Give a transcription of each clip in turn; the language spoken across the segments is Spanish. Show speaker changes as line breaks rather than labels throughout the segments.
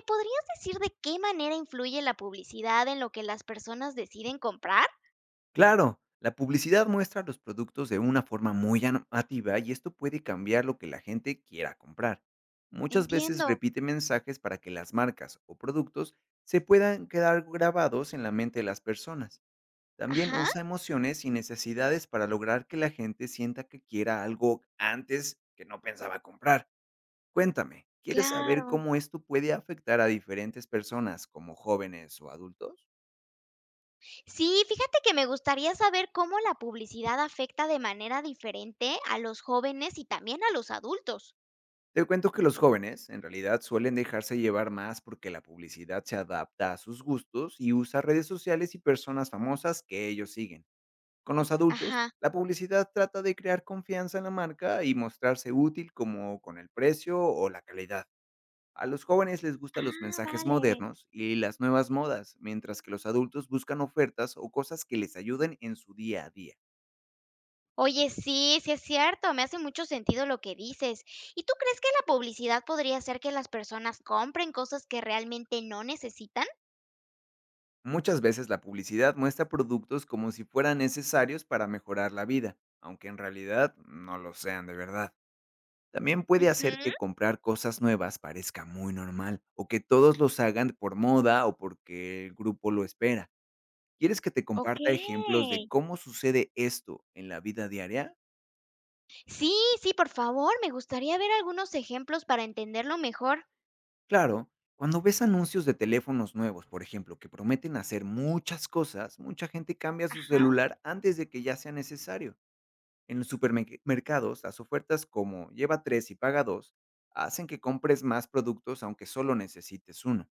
¿Me podrías decir de qué manera influye la publicidad en lo que las personas deciden comprar?
Claro, la publicidad muestra los productos de una forma muy llamativa y esto puede cambiar lo que la gente quiera comprar. Muchas veces
Entiendo.
repite mensajes para que las marcas o productos se puedan quedar grabados en la mente de las personas. También
Ajá,
usa emociones y necesidades para lograr que la gente sienta que quiera algo antes que no pensaba comprar. Cuéntame, ¿quieres saber
claro.
cómo esto puede afectar a diferentes personas como jóvenes o adultos?
Sí, fíjate que me gustaría saber cómo la publicidad afecta de manera diferente a los jóvenes y también a los adultos.
Te cuento que los jóvenes en realidad suelen dejarse llevar más porque la publicidad se adapta a sus gustos y usa redes sociales y personas famosas que ellos siguen. Con los adultos,
Ajá.
la publicidad trata de crear confianza en la marca y mostrarse útil como con el precio o la calidad. A los jóvenes les gustan los
Ah,
mensajes
vale.
modernos y las nuevas modas, mientras que los adultos buscan ofertas o cosas que les ayuden en su día a día.
Oye, sí, sí es cierto, me hace mucho sentido lo que dices. ¿Y tú crees que la publicidad podría hacer que las personas compren cosas que realmente no necesitan?
Muchas veces la publicidad muestra productos como si fueran necesarios para mejorar la vida, aunque en realidad no lo sean de verdad. También puede hacer
Ujú.
que comprar cosas nuevas parezca muy normal o que todos los hagan por moda o porque el grupo lo espera. ¿Quieres que te
Ok.
comparta ejemplos de cómo sucede esto en la vida diaria?
Sí, sí, por favor, me gustaría ver algunos ejemplos para entenderlo mejor.
Claro, cuando ves anuncios de teléfonos nuevos, por ejemplo, que prometen hacer muchas cosas, mucha gente cambia su
Ajá,
celular antes de que ya sea necesario. En los supermercados, las ofertas como lleva 3 y paga 2 hacen que compres más productos aunque solo necesites uno.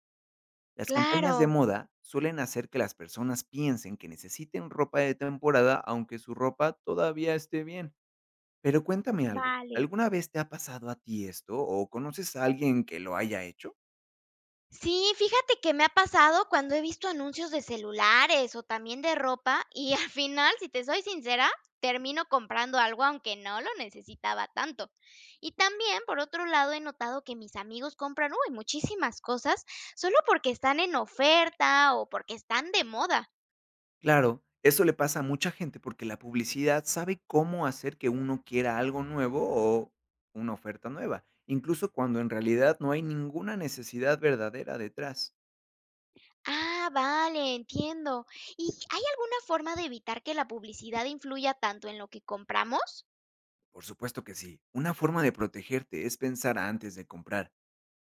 Las campañas de
claro.
moda suelen hacer que las personas piensen que necesiten ropa de temporada aunque su ropa todavía esté bien. Pero cuéntame algo,
Vale.
¿alguna vez te ha pasado a ti esto o conoces a alguien que lo haya hecho?
Sí, fíjate que me ha pasado cuando he visto anuncios de celulares o también de ropa y al final, si te soy sincera, termino comprando algo aunque no lo necesitaba tanto. Y también, por otro lado, he notado que mis amigos compran, uy, muchísimas cosas solo porque están en oferta o porque están de moda.
Claro, eso le pasa a mucha gente porque la publicidad sabe cómo hacer que uno quiera algo nuevo o una oferta nueva, incluso cuando en realidad no hay ninguna necesidad verdadera detrás.
Ah, vale, entiendo. ¿Y hay alguna forma de evitar que la publicidad influya tanto en lo que compramos?
Por supuesto que sí, una forma de protegerte es pensar antes de comprar,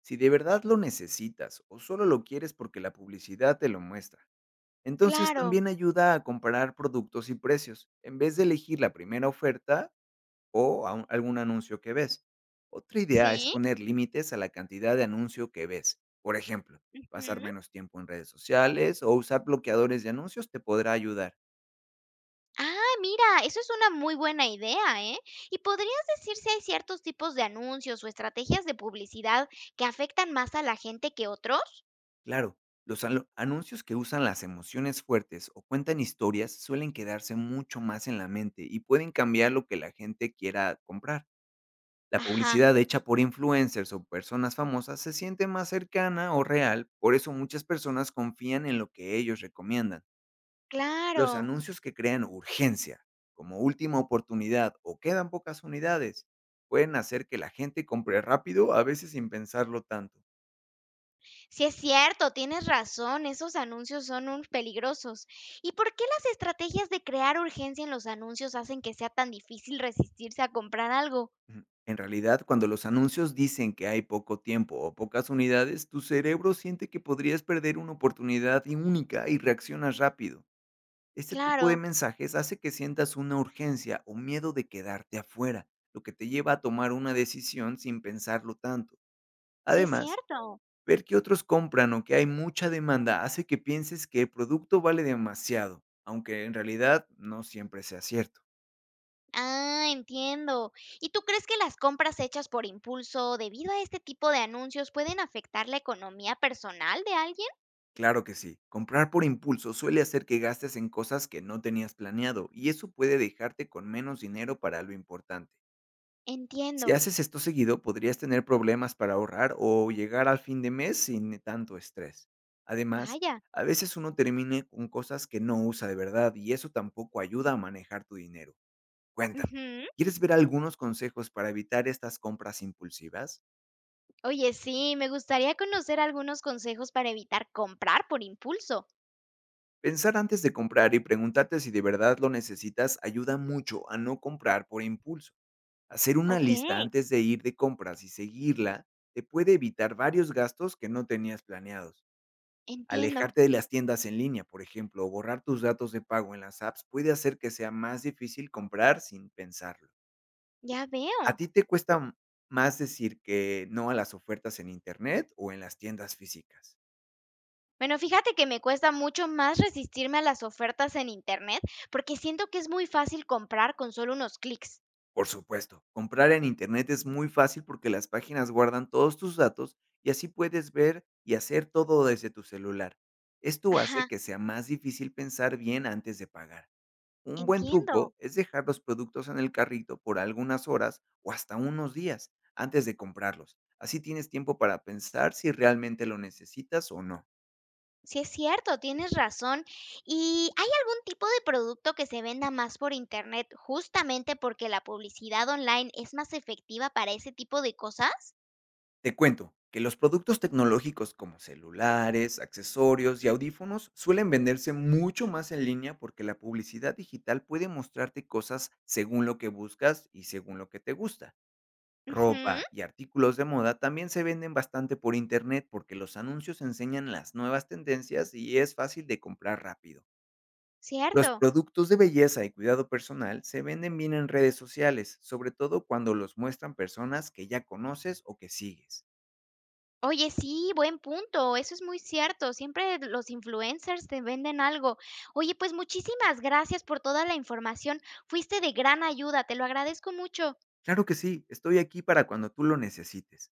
si de verdad lo necesitas o solo lo quieres porque la publicidad te lo muestra. Entonces
Claro.
también ayuda a comparar productos y precios, en vez de elegir la primera oferta o a un algún anuncio que ves. Otra idea es
Sí.
poner límites a la cantidad de anuncio que ves. Por ejemplo, pasar
Ujú.
menos tiempo en redes sociales o usar bloqueadores de anuncios te podrá ayudar.
Ah, mira, eso es una muy buena idea, ¿eh? ¿Y podrías decir si hay ciertos tipos de anuncios o estrategias de publicidad que afectan más a la gente que otros?
Claro, los anuncios que usan las emociones fuertes o cuentan historias suelen quedarse mucho más en la mente y pueden cambiar lo que la gente quiera comprar. La
Ajá,
publicidad hecha por influencers o personas famosas se siente más cercana o real, por eso muchas personas confían en lo que ellos recomiendan. Los
claro.
anuncios que crean urgencia, como última oportunidad o quedan pocas unidades, pueden hacer que la gente compre rápido, a veces sin pensarlo tanto.
Sí, es cierto, tienes razón, esos anuncios son un peligrosos. ¿Y por qué las estrategias de crear urgencia en los anuncios hacen que sea tan difícil resistirse a comprar algo?
Ujú. En realidad, cuando los anuncios dicen que hay poco tiempo o pocas unidades, tu cerebro siente que podrías perder una oportunidad y única y reaccionas rápido. Este tipo de
Claro,
mensajes hace que sientas una urgencia o miedo de quedarte afuera, lo que te lleva a tomar una decisión sin pensarlo tanto.
sí es
Además,
cierto.
ver que otros compran o que hay mucha demanda hace que pienses que el producto vale demasiado, aunque en realidad no siempre sea cierto.
Ah, entiendo. ¿Y tú crees que las compras hechas por impulso debido a este tipo de anuncios pueden afectar la economía personal de alguien?
Claro que sí, comprar por impulso suele hacer que gastes en cosas que no tenías planeado y eso puede dejarte con menos dinero para lo importante. Si
Entiendo.
haces esto seguido, podrías tener problemas para ahorrar o llegar al fin de mes sin tanto estrés. Además,
Vaya.
a veces uno termina con cosas que no usa de verdad y eso tampoco ayuda a manejar tu dinero. Cuéntame,
Ujú.
¿quieres ver algunos consejos para evitar estas compras impulsivas?
Oye, sí, me gustaría conocer algunos consejos para evitar comprar por impulso.
Pensar antes de comprar y preguntarte si de verdad lo necesitas ayuda mucho a no comprar por impulso. Hacer una
Ok,
lista antes de ir de compras y seguirla te puede evitar varios gastos que no tenías planeados.
entiendo.
Alejarte de las tiendas en línea, por ejemplo, o borrar tus datos de pago en las apps puede hacer que sea más difícil comprar sin pensarlo.
Ya
¿A
veo.
ti te cuesta más decir que no a las ofertas en Internet o en las tiendas físicas?
Bueno, fíjate que me cuesta mucho más resistirme a las ofertas en internet porque siento que es muy fácil comprar con solo unos clics.
Por supuesto, comprar en Internet es muy fácil porque las páginas guardan todos tus datos y así puedes ver y hacer todo desde tu celular. Esto
Ajá,
hace que sea más difícil pensar bien antes de pagar. Un buen
entiendo.
truco es dejar los productos en el carrito por algunas horas o hasta unos días antes de comprarlos. Así tienes tiempo para pensar si realmente lo necesitas o no.
Sí es cierto, tienes razón. ¿Y hay algún tipo de producto que se venda más por internet justamente porque la publicidad online es más efectiva para ese tipo de cosas?
Te cuento que los productos tecnológicos como celulares, accesorios y audífonos suelen venderse mucho más en línea porque la publicidad digital puede mostrarte cosas según lo que buscas y según lo que te gusta.
Ujú,
Ropa y artículos de moda también se venden bastante por internet porque los anuncios enseñan las nuevas tendencias y es fácil de comprar rápido. Los
cierto.
productos de belleza y cuidado personal se venden bien en redes sociales, sobre todo cuando los muestran personas que ya conoces o que sigues.
Oye, sí, buen punto, eso es muy cierto, siempre los influencers te venden algo. Oye, pues muchísimas gracias por toda la información, fuiste de gran ayuda, te lo agradezco mucho.
Claro que sí, estoy aquí para cuando tú lo necesites.